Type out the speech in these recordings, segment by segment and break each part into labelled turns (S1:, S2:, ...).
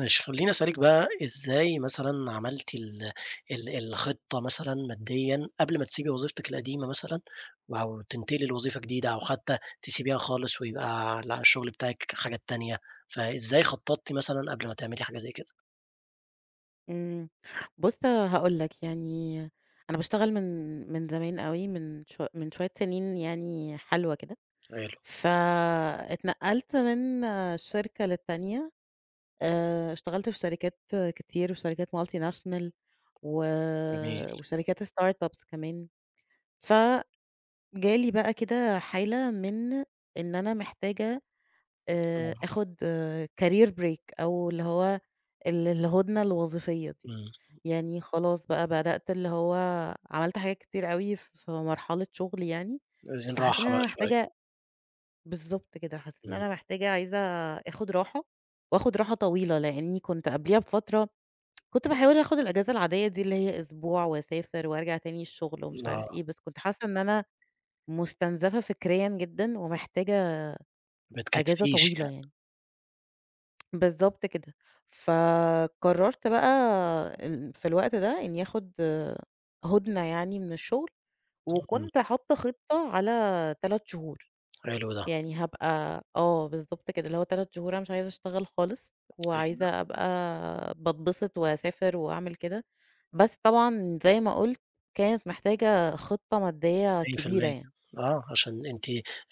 S1: ماشي، خلّيني أسألِك بقى إزاي مثلًا عملتِ ال ال الخطة مثلًا ماديًا قبل ما تسيبي وظيفتِك القديمة مثلًا، أو تنتقلي لوظيفة جديدة أو حتى تسيبيها خالص ويبقى لأ الشغل بتاعِك حاجات تانية. فإزاي خطّطتِ مثلًا قبل ما تعملي حاجة زي كده؟
S2: إمم. بُص هاقول لك، يعني أنا باشتغل من زمان أوي، من شوية سنين يعني حلوة كده،
S1: حلو،
S2: فاتنقلت من شركة للتانية، اشتغلت في شركات كتير وشركات multinational و
S1: جميل،
S2: وشركات startups كمان، فجالي بقى كده حالة من إن أنا محتاجة
S1: آه،
S2: آخُد career break أو اللي هو الهُدنة الوظيفية دي.
S1: إمم،
S2: يعني خلاص بقى بدأت اللي هو عملت حاجات كتير أوي في مرحلة شُغلي يعني،
S1: عايزين
S2: فحسّيت إن
S1: راحة بقى
S2: أنا
S1: شوية،
S2: محتاجة بالضبط كده، حسّيت إن
S1: إمم،
S2: أنا محتاجة عايزة آخُد راحة وآخُد راحة طويلة، لإنّي كنت قبليها بفترة كنت باحاول آخُد الأجازة العادية دي اللي هي أسبوع وأسافر وأرجع تاني الشُغل ومش
S1: آه،
S2: عارف إيه، بس كنت حاسّة إن أنا مُستنزفة فكريًا جدًا ومحتاجة
S1: ما
S2: أجازة
S1: بتكفّيش
S2: طويلة
S1: يعني،
S2: يعني. بالضبط كده. فقرّرت بقى في الوقت ده إنّي آخُد هُدنة يعني من الشغل،
S1: إمم،
S2: وكنت حاطّة خطة على 3 شهور.
S1: حلو ده،
S2: يعني هابقى بالضبط كده، اللي هو 3 شهور أنا مش عايزة أشتغل خالص،
S1: أيوه.
S2: وعايزة أبقى باتبسط وأسافر وأعمل كده. بس طبعًا زي ما قُلت، كانت محتاجة خطة مادّية كبيرة
S1: 100%.
S2: يعني.
S1: آه، عشان أنتِ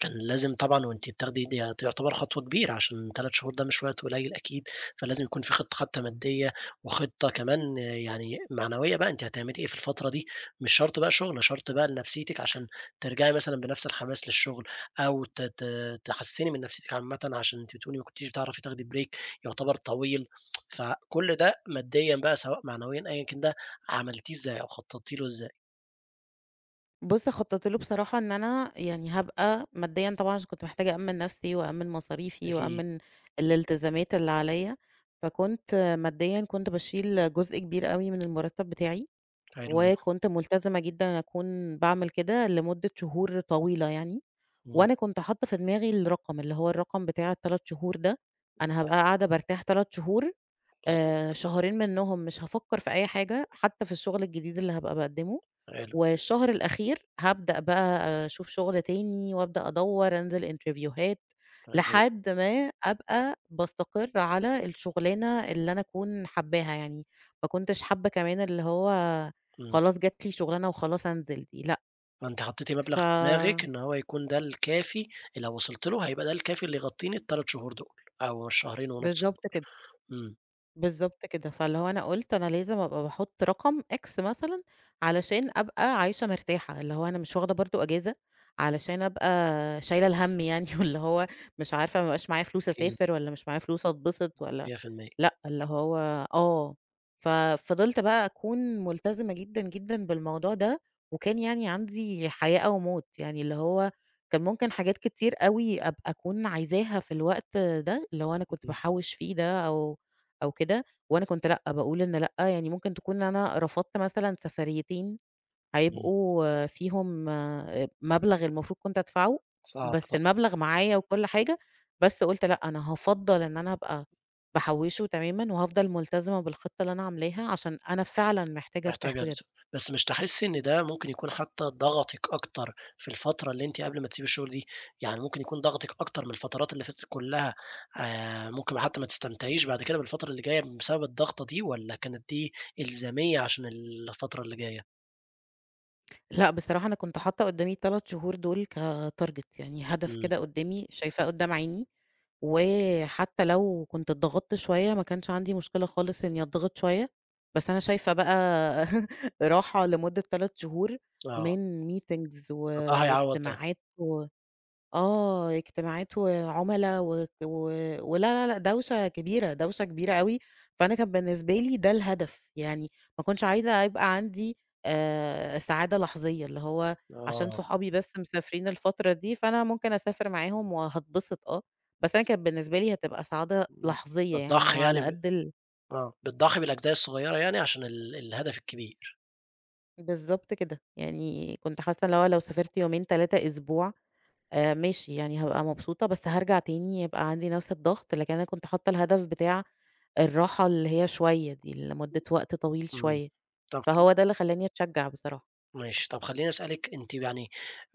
S1: كان لازم طبعًا وأنتِ بتاخدي دي تعتبر خطوة كبيرة، عشان 3 شهور ده مش وقت قليل أكيد. فلازم يكون في خطة حتى مادية، وخطة كمان آه، يعني معنوية بقى، أنتِ هتعملي إيه في الفترة دي، مش شرط بقى شغل، شرط بقى لنفسيتِك عشان ترجعي مثلًا بنفس الحماس للشغل، أو ت ت تحسّني من نفسيتِك عامةً، عشان أنتِ بتقولي ما كنتيش بتعرفي تاخدي بريك يعتبر طويل. فكل ده ماديًا بقى، سواء معنويًا أيًا كان ده، عملتيه إزاي أو خططتِ له إزاي؟
S2: بُص، خطّطت له بصراحة إن أنا يعني هابقى ماديًا طبعًا عشان كنت محتاجة أأمّن نفسي وأأمّن مصاريفي
S1: أكيد،
S2: وأأمّن الالتزامات اللي عليّا، فكنت ماديًا كنت باشيل جزء كبير أوي من المرتب بتاعي،
S1: حلو ده.
S2: وكنت ملتزمة جدًا إن أكون باعمل كده لمدة شهور طويلة يعني،
S1: إمم.
S2: وأنا كنت حاطة في دماغي الرقم، اللي هو الرقم بتاع ال3 شهور ده، أنا هابقى قاعدة بارتاح 3 شهور،
S1: بالضبط،
S2: شهرين منهم مش هافكّر في أي حاجة، حتى في الشغل الجديد اللي هابقى باقدّمه،
S1: حلو،
S2: والشهر الأخير هابدأ بقى أشوف شغل تاني وأبدأ أدوّر، أنزل إنترفيوهات،
S1: حلو،
S2: لحد ما أبقى باستقر على الشغلانة اللي أنا أكون حاباها يعني، ما كنتش حابة كمان اللي هو
S1: إمم.
S2: خلاص جات لي شغلانة وخلاص أنزل دي لأ.
S1: فأنتِ حطيتِ مبلغ
S2: ف
S1: في دماغِك إن هو يكون ده الكافي، لو وصلتِ له هيبقى ده الكافي اللي يغطيني ال3 شهور دول، أو الشهرين ونُص
S2: بالضبط كده.
S1: دول. إمم،
S2: بالضبط كده، فاللي هو أنا قُلت أنا لازم أبقى باحُط رقم X مثلًا علشان أبقى عايشة مرتاحة، اللي هو أنا مش واخدة برضه أجازة علشان أبقى شايلة الهَم يعني واللي هو مش عارفة ما يبقاش معايا فلوس
S1: أكيد.
S2: أسافر والّا مش معايا فلوس أتبسط والّا
S1: 100%.
S2: لأ، اللي هو آه، ففضلت بقى أكون ملتزمة جدًا، جدًا بالموضوع ده، وكان يعني عندي حياة أو موت، يعني اللي هو كان ممكن حاجات كتير أوي أبقى أكون عايزاها في الوقت ده، اللي هو أنا كنت
S1: إمم،
S2: باحوّش فيه ده أو كده، وأنا كنت لأ، باقول إن لأ، يعني ممكن تكون أنا رفضت مثلًا سفريتين
S1: إمم،
S2: هيبقوا فيهم مبلغ المفروض كنت أدفعه،
S1: صعب
S2: بس
S1: طبعًا،
S2: المبلغ معايا وكل حاجة، بس قُلت لأ، أنا هافضّل إن أنا أبقى باحوّشه تمامًا وهافضل ملتزمة بالخطة اللي أنا عاملاها، عشان أنا فعلًا محتاجة أرتاح
S1: محتاجة
S2: بجد.
S1: بس مش تحسّي إن ده ممكن يكون حتى ضغطِك أكتر في الفترة اللي أنتِ قبل ما تسيبي الشغل دي، يعني ممكن يكون ضغطِك أكتر من الفترات اللي فاتت كلّها. ممكن حتى ما تستمتعيش بعد كده بالفترة اللي جاية بسبب الضغطة دي، والّا كانت دي إلزامية عشان الفترة اللي جاية؟
S2: لأ، بصراحة أنا كنت حاطة قدّامي ال3 شهور دول كtarget يعني هدف
S1: إمم.
S2: كده قدّامي شايفاه قدّام عيني، وحتى لو كنت اتضغطت شوية ما كانش عندي مشكلة خالص إني أتضغط شوية، بس أنا شايفة بقى راحة لمدة 3 شهور
S1: آه،
S2: من meetings و
S1: فده هيعوّض ده،
S2: واجتماعات و آه، اجتماعات وعُملا وك و ولا، لا، لأ، دوشة كبيرة، دوشة كبيرة أوي، فأنا كان بالنسبة لي ده الهدف، يعني ما كنتش عايزة يبقى عندي سعادة لحظية، اللي هو عشان
S1: آه،
S2: صحابي بس مسافرين الفترة دي، فأنا ممكن أسافر معاهم وهاتبسط بس أنا كانت بالنسبة لي هتبقى سعادة
S1: إمم.
S2: لحظية يعني
S1: بتضحّي
S2: أو
S1: يعني
S2: على
S1: ب
S2: قد ال
S1: آه، بتضحّي بالأجزاء الصغيّرة يعني عشان الهدف الكبير.
S2: بالضبط كده، يعني كنت حاسة اللي هو لو سافرت يومين، 3 أسبوع ماشي، يعني هابقى مبسوطة، بس هارجع تاني يبقى عندي نفس الضغط، لكن أنا كنت حاطة الهدف بتاع الراحة اللي هي شوية دي، لمدة وقت طويل
S1: إمم،
S2: شوية،
S1: طَب
S2: فهو ده اللي خلّاني أتشجع بصراحة.
S1: ماشي. طب خلّيني أسألِك أنتِ يعني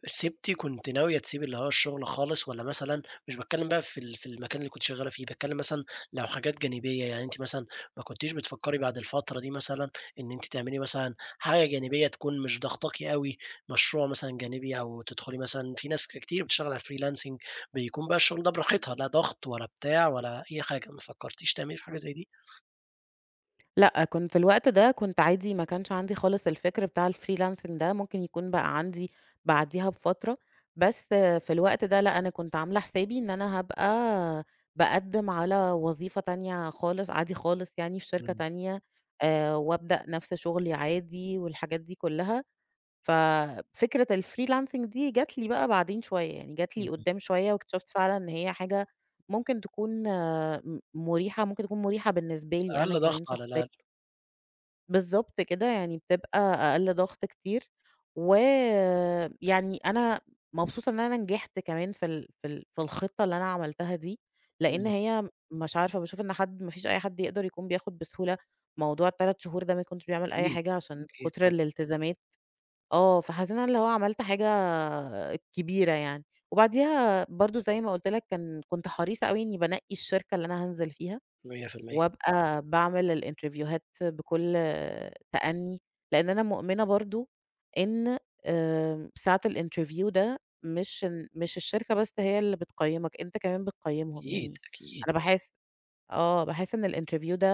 S1: سِبتِ كنتِ ناوية تسيبي اللي هو الشغل خالص والّا مثلًا، مش باتكلّم بقى في المكان اللي كنتِ شغّالة فيه، باتكلّم مثلًا لو حاجات جانبية. يعني أنتِ مثلًا ما كنتيش بتفكّري بعد الفترة دي مثلًا إن أنتِ تعملي مثلًا حاجة جانبية تكون مش ضاغطاكِ أوي، مشروع مثلًا جانبي، أو تدخلي مثلًا في ناس كتير بتشتغل على الfreelancing، بيكون بقى الشغل ده براحتها، لا ضغط ولا بتاع ولا أي حاجة. ما فكّرتيش تعملي في حاجة زي دي؟
S2: لأ، كنت الوقت ده كنت عادي ما كانش عندي خالص الفكر بتاع الfreelancing ده، ممكن يكون بقى عندي بعديها بفترة، بس في الوقت ده لأ، أنا كنت عاملة حسابي إن أنا هابقى باقدّم على وظيفة تانية خالص، عادي خالص يعني في شركة
S1: إمم،
S2: تانية، وأبدأ نفس شغلي عادي والحاجات دي كلّها. ففكرة الfreelancing دي جات لي بقى بعدين شوية، يعني جات لي
S1: إمم.
S2: قدّام شوية واكتشفت فعلًا إن هي حاجة ممكن تكون آه، م مُريحة، ممكن تكون مُريحة بالنسبة لي أنا
S1: أقل ضغط
S2: كمان
S1: على
S2: شخصيًا.
S1: الأقل،
S2: بالضبط كده، يعني بتبقى أقل ضغط كتير، ويعني أنا مبسوطة إن أنا نجحت كمان في الخطة اللي أنا عملتها دي، لإن
S1: إمم،
S2: هي مش عارفة باشوف إن حد ما فيش أي حد يقدر يكون بياخد بسهولة موضوع ال3 شهور ده ما يكونش بيعمل أي
S1: أكيد.
S2: حاجة عشان
S1: أكيد
S2: كتر
S1: طبعًا.
S2: الالتزامات. آه، فحسيت إن أنا اللي هو عملت حاجة كبيرة يعني. وبعديها برضه زي ما قُلت لك كنت حريصة أوي إني بانقّي الشركة اللي أنا هانزل فيها،
S1: 100%.
S2: وأبقى باعمل الانترفيوهات بكل تأني، لإن أنا مؤمنة برضه إن ساعة الinterview ده مش الشركة بس هي اللي بتقيّمك، أنت كمان بتقيّمهم،
S1: أكيد،
S2: يعني
S1: أكيد،
S2: أنا باحس إن الinterview ده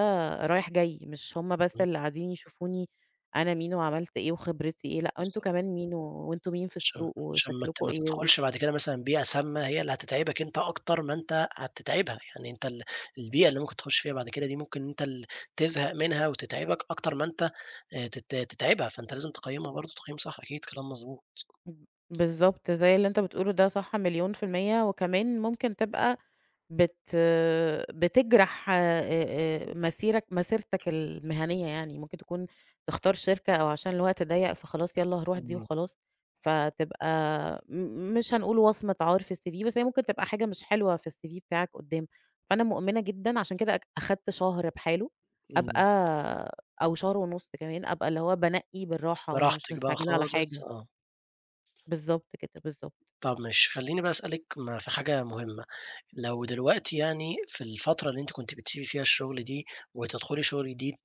S2: رايح جاي، مش هُم بس
S1: إمم،
S2: اللي قاعدين يشوفوني أنا مين وعملت إيه وخبرتي إيه، لأ أنتم
S1: بالضبط.
S2: كمان مين وأنتم مين في
S1: عشان
S2: السوق
S1: عشان
S2: وشكلكم
S1: ما
S2: إيه و
S1: تدخلش بعد كده مثلًا بيئة سامة، هي اللي هتتعبك أنت أكتر ما أنت هتتعبها. يعني أنت البيئة اللي ممكن تخش فيها بعد كده دي، ممكن أنت تزهق منها وتتعبك أكتر ما أنت تت تتعبها. فأنت لازم تقيّمها برضه تقييم صح، أكيد كلام مضبوط.
S2: ب بالضبط، زي اللي أنت بتقوله ده صح مليون في المِيّة، وكمان ممكن تبقى بت بتجرح مسيرتك المهنية يعني، ممكن تكون تختار شركة أو عشان الوقت ضيّق فخلاص يالّا هاروح دي
S1: إمم،
S2: وخلاص، فتبقى مش هنقول وصمة عار في الCV بس هي ممكن تبقى حاجة مش حلوة في الCV بتاعك قدّام، فأنا مؤمنة جدًا عشان كده أخدت شهر بحاله
S1: إمم.
S2: أبقى أو شهر ونُص كمان، أبقى اللي هو بانقّي بالراحة، أنا مش
S1: براحتك بقى
S2: مستعجلة على
S1: خالص،
S2: حاجة.
S1: آه.
S2: بالضبط كده، بالضبط.
S1: طب ماشي، خلّيني بقى أسألِك في حاجة مهمة. لو دلوقتي يعني في الفترة اللي أنتِ كنتِ بتسيبي فيها الشغل دي وتدخلي شغل جديد،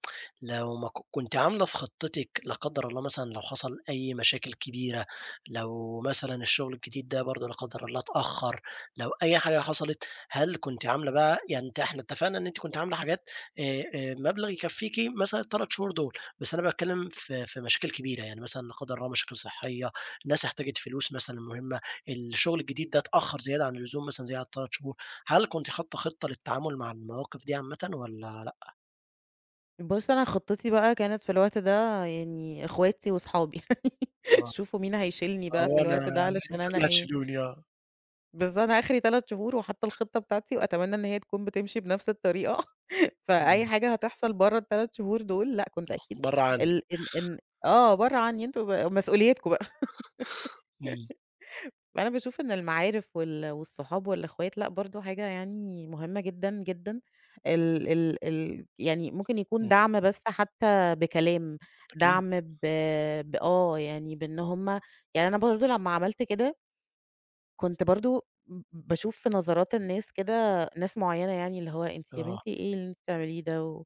S1: لو ما كنتِ عاملة في خطتِك لا قدّر الله، مثلًا لو حصل أي مشاكل كبيرة، لو مثلًا الشغل الجديد ده برضه لا قدّر الله اتأخّر، لو أي حاجة حصلت، هل كنتِ عاملة بقى يعني أنتِ، إحنا اتفقنا إن أنتِ كنتِ عاملة حاجات آآ، مبلغ يكفّيكِ مثلًا ال3 شهور دول، بس أنا باتكلّم في مشاكل كبيرة، يعني مثلًا لا قدّر الله مشاكل صحية، ناس احتاجت فلوس مثلًا مهمة، الشغل الجديد ده اتأخّر زيادة عن اللزوم مثلًا زيادة عن 3 شهور. هل كنتِ حاطّة خطة للتعامل مع المواقف دي عامةً والّا لأ؟
S2: بُص، أنا خطتي بقى كانت في الوقت ده يعني إخواتي وصحابي
S1: آه،
S2: شوفوا مين هيشيلني بقى في
S1: آه
S2: الوقت ده علشان
S1: أنتم
S2: أنا
S1: اللي
S2: إيه
S1: هتشيلوني آه،
S2: أنا آخري 3 شهور وحاطة الخطة بتاعتي وأتمنى إن هي تكون بتمشي بنفس الطريقة، فأي
S1: إمم،
S2: حاجة هتحصل برّه ال3 شهور دول لأ، كنت أكيد
S1: برّه عني،
S2: ال إن إن آه، برّه عني أنتم مسؤوليتكم بقى.
S1: إمم،
S2: أنا باشوف إن المعارف والصحاب والأخوات لأ، برضه حاجة يعني مهمة جدًا، جدًا. ال ال ال يعني ممكن يكون
S1: إمم،
S2: دعم بس حتى بكلام،
S1: أكيد،
S2: دعم ب بآه، يعني بإن هم يعني أنا برضه لمّا عملت كده، كنت برضه باشوف في نظرات الناس كده ناس معيّنة يعني اللي هو أنتِ يا
S1: آه،
S2: بنتي إيه اللي أنتِ بتعمليه ده و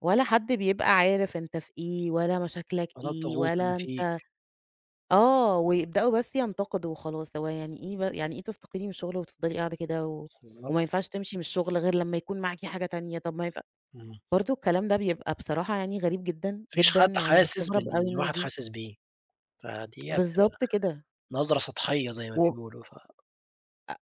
S2: ولا حد بيبقى عارف أنت في إيه، ولا مشاكلك
S1: أنا
S2: إيه،
S1: الضغوط اللي
S2: ولا أنت
S1: فيك،
S2: ويبدأوا بس ينتقدوا وخلاص، هو يعني إيه يعني إيه تستقيلي من الشغل وتفضلي قاعدة كده وما
S1: بالضبط،
S2: ينفعش تمشي من الشغل غير لمّا يكون معاكِ حاجة تانية، طب ما ينفع
S1: إمم. ما
S2: برضه الكلام ده بيبقى بصراحة يعني غريب جدًا،
S1: فيش
S2: جدًا،
S1: حد
S2: يعني أنا
S1: حاسس
S2: باستغرب
S1: باللي
S2: أوي الناس
S1: الواحد
S2: دي.
S1: حاسس بيه، فدي بتبقى
S2: بالضبط كده،
S1: نظرة سطحية زي ما
S2: و
S1: بيقولوا.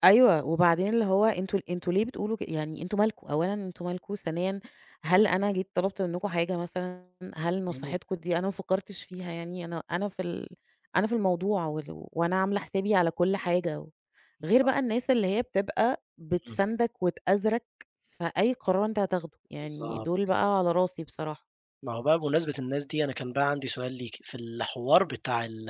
S2: أيوه، وبعدين اللي هو أنتم ليه بتقولوا يعني أنتم مالكم، أولًا أنتم مالكم، ثانيًا هل أنا جيت طلبت منكم حاجة مثلًا، هل
S1: فأكيد
S2: نصيحتكم دي أنا ما فكّرتش فيها يعني، أنا في الموضوع وأنا عاملة حسابي على كل حاجة و غير
S1: طبعًا،
S2: بقى الناس اللي هي بتبقى
S1: إمم،
S2: بتساندك وتأزرك في أي قرار أنت هتاخده، يعني
S1: بالضبط.
S2: دول بقى على راسي بصراحة.
S1: ما هو بقى بمناسبة الناس دي، أنا كان بقى عندي سؤال ليكِ. في الحوار بتاع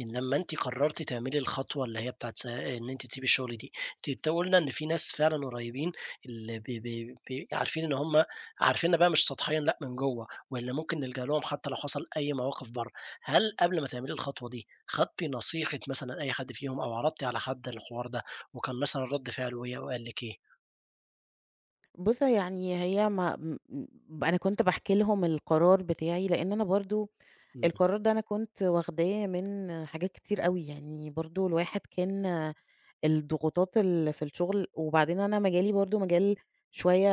S1: إن لمّا أنتِ قررتِ تعملي الخطوة اللي هي بتاعة إن أنتِ تسيبي الشغل دي، أنتِ قُلنا إن في ناس فعلًا قريبين، اللي ب ب ب عارفين إن هم عارفيننا بقى مش سطحيًا لأ، من جوّه، واللي ممكن نلجأ لهم حتى لو حصل أي مواقف برّه. هل قبل ما تعملي الخطوة دي، خدتِ نصيحة مثلًا أي حد فيهم أو عرضتِ على حد الحوار ده، وكان مثلًا رد فعله إيه أو قال لِك إيه؟
S2: بُص يعني هي ما م م أنا كنت باحكي لهم القرار بتاعي، لإن أنا برضه
S1: إمم،
S2: القرار ده أنا كنت واخداه من حاجات كتير أوي، يعني برضه الواحد كان الضغوطات اللي في الشغل وبعدين أنا مجالي برضه مجال شوية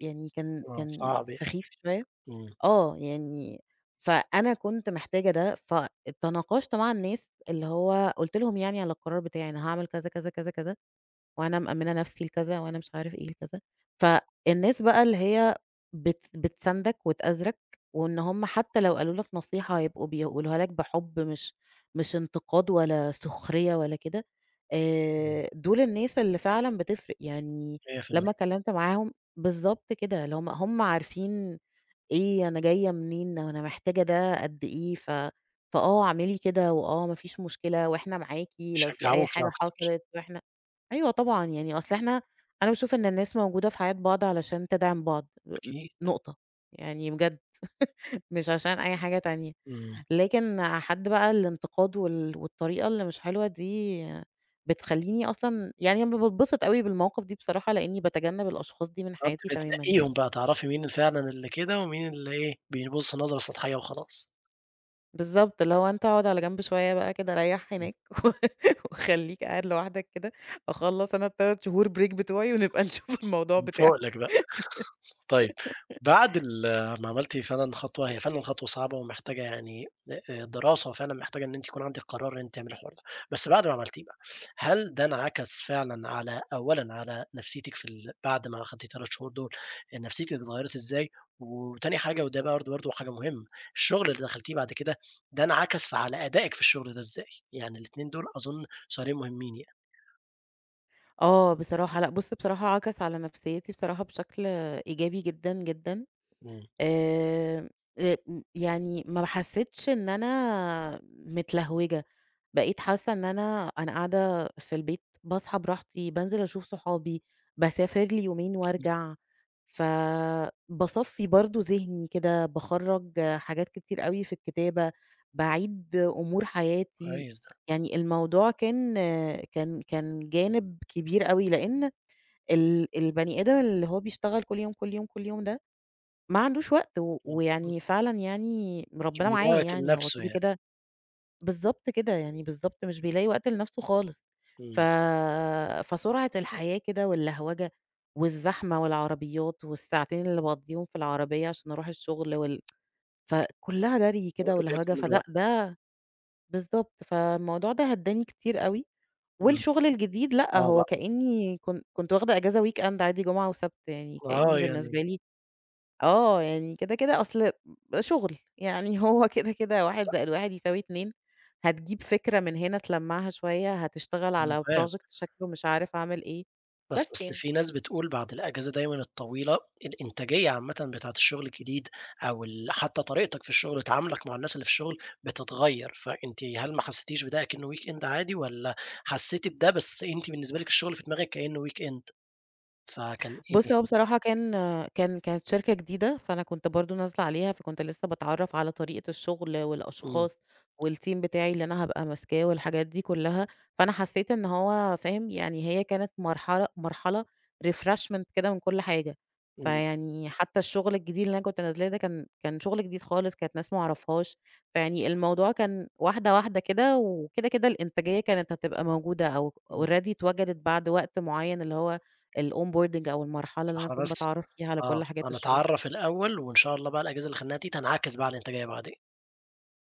S2: يعني كان
S1: آه،
S2: كان
S1: صعب يعني،
S2: سخيف شوية
S1: إمم،
S2: يعني فأنا كنت محتاجة ده، فتناقشت مع الناس اللي هو قُلت لهم يعني على القرار بتاعي، أنا هاعمل كذا، كذا، كذا، كذا. وأنا مأمِّنة نفسي لكذا، وأنا مش عارف إيه لكذا. فالناس بقى اللي هي بتساندك وتأزرَك، وإن هُم حتى لو قالوا لك نصيحة يبقوا بيقولوها لك بحُب مش انتقاد ولا سخرية ولا كده،
S1: إمم.
S2: دول الناس اللي فعلًا بتفرق، يعني لمّا
S1: 100%.
S2: اتكلّمت معاهم بالضبط كده، اللي هُم عارفين إيه، أنا جاية منين، وأنا محتاجة ده قد إيه، ف فآه اعملي كده، وآه ما فيش مشكلة، وإحنا معاكِ لو في أي
S1: شجعوكِ يا
S2: حاجة
S1: أكتر.
S2: حصلت وإحنا أيوه طبعًا، يعني أصل إحنا أنا باشوف إن الناس موجودة في حياة بعض علشان تدعم بعض، م
S1: أكيد،
S2: نقطة، يعني بجد مش عشان أي حاجة تانية،
S1: إمم،
S2: لكن حد بقى الانتقاد والطريقة اللي مش حلوة دي بتخلّيني أصلًا يعني أنا باتبسط أوي بالمواقف دي بصراحة، لإني باتجنب الأشخاص دي من
S1: آه،
S2: حياتي
S1: بتبقي
S2: تمامًا يعني.
S1: تنقّيهم بقى، تعرفي مين فعلًا اللي كده ومين اللي إيه، بيبُص نظرة سطحية وخلاص.
S2: بالضبط، اللي هو أنت اقعد على جنب شوية بقى كده ريّح
S1: إمم.
S2: هناك و وخلّيك قاعد لوحدك كده، أخلّص أنا ال3 شهور break بتوعي ونبقى نشوف الموضوع بتاعك.
S1: فوقلك بقى. طيب، بعد ما عملتِ فعلًا خطوة، هي فعلًا خطوة صعبة ومحتاجة يعني دراسة، وفعلًا محتاجة إن أنتِ يكون عندِك قرار إن أنتِ تعملي الحوار ده. بس بعد ما عملتيه بقى، هل ده انعكس فعلًا على، أولًا على نفسيتِك في ال بعد ما أخدتِ 3 شهور دول، نفسيتِك اتغيّرت إزاي؟ وتاني حاجة وده برضه حاجة مهمة، الشغل اللي دخلتيه بعد كده، ده انعكس على أدائِك في الشغل ده إزاي؟ يعني الاتنين دول أظن سؤالين مهمين يعني.
S2: آه، بصراحة لأ، بُص بصراحة عَكَس على نفسيّتي بصراحة بشكل إيجابي جدًا، جدًا،
S1: إمم،
S2: آآ، م يعني ما حسيتش إن أنا متلهوجة، بقيت حاسة إن أنا قاعدة في البيت باصحى براحتي، بانزل أشوف صحابي، باسافر لي يومين
S1: أكيد،
S2: وارجع، فباصفّي برضه ذهني كده، باخرّج حاجات كتير أوي في الكتابة، باعيد أمور حياتي،
S1: كويس ده،
S2: يعني الموضوع كان جانب كبير أوي، لإن البني آدم اللي هو بيشتغل كل يوم، كل يوم، كل يوم ده ما عندوش وقت، و
S1: إمم، إمم.
S2: ويعني فعلًا يعني
S1: مش
S2: ربنا معاه
S1: بيموت
S2: يعني هو
S1: لنفسه
S2: كده
S1: يعني،
S2: كده بالضبط كده، يعني بالضبط مش بيلاقي وقت لنَفْسه خالص، ف
S1: إمم.
S2: فسرعة الحياة كده واللهوجة والزحمة والعربيات والساعتين اللي باقضيهم في العربية عشان أروح الشغل فكُلّها جري كده
S1: كله
S2: ولهوجة،
S1: بياكل من
S2: فده
S1: الوقت.
S2: ده بالضبط، فالموضوع ده هدّاني كتير أوي،
S1: إمم،
S2: والشغل الجديد لأ،
S1: آه بقى،
S2: هو كإنّي كنت واخدة إجازة weekend عادي جمعة وسَبت، يعني كإنّي
S1: آه
S2: بالنسبة
S1: يعني
S2: لي يعني كده، كده أصل شُغل، يعني هو كده، كده
S1: بس.
S2: 1+1=2 هتجيب فكرة من هنا تلمّعها شوية، هتشتغل
S1: أنا
S2: على
S1: فاهم،
S2: project شكله مش عارف عامل إيه،
S1: بس
S2: بس
S1: أصل
S2: يعني.
S1: في ناس بتقول بعد الأجازة دايمًا الطويلة الإنتاجية عامةً بتاعة الشغل الجديد، أو حتى طريقتك في الشغل تعاملك مع الناس اللي في الشغل بتتغيّر. فأنتِ هل ما حسيتيش بده أكنه weekend عادي، والّا حسيتِ بده بس أنتِ بالنسبة لِك الشغل في دماغِك كإنه weekend، فكان إيه؟
S2: بُص، هو بصراحة كانت شركة جديدة، فأنا كنت برضه نازلة عليها، فكنت لسه باتعرّف على طريقة الشغل
S1: إمم،
S2: والأشخاص والteam بتاعي اللي أنا هابقى ماسكاه والحاجات دي كلّها، فأنا حسّيت إن هو فاهم، يعني هي كانت مرحلة refreshment كده من كل حاجة،
S1: إمم،
S2: فيعني حتى الشغل الجديد اللي أنا كنت نازلاه ده كان شغل جديد خالص، كانت ناس ما أعرفهاش، فيعني الموضوع كان واحدة، واحدة كده، وكده، كده الإنتاجية كانت هتبقى موجودة أو
S1: إمم،
S2: already اتوجدت بعد وقت معيّن، اللي هو الonboarding أو المرحلة اللي أنا
S1: فإحنا
S2: أكون
S1: بس.
S2: باتعرّف فيها على
S1: آه،
S2: كل حاجات الشغل.
S1: هنتعرّف الأول وإن شاء الله بقى الأجازة اللي خدناها دي تنعكس بقى على الإنتاجية بعدين.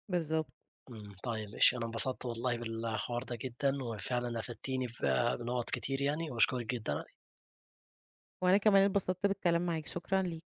S2: بالضبط،
S1: إمم، طيب ماشي، أنا انبسطت والله بالحوار ده جدًا، وفعلًا أفدتيني بنُقط كتير يعني، وباشكرِك جدًا.
S2: وأنا كمان اتبسطت بالكلام معاك، شكرًا ليك.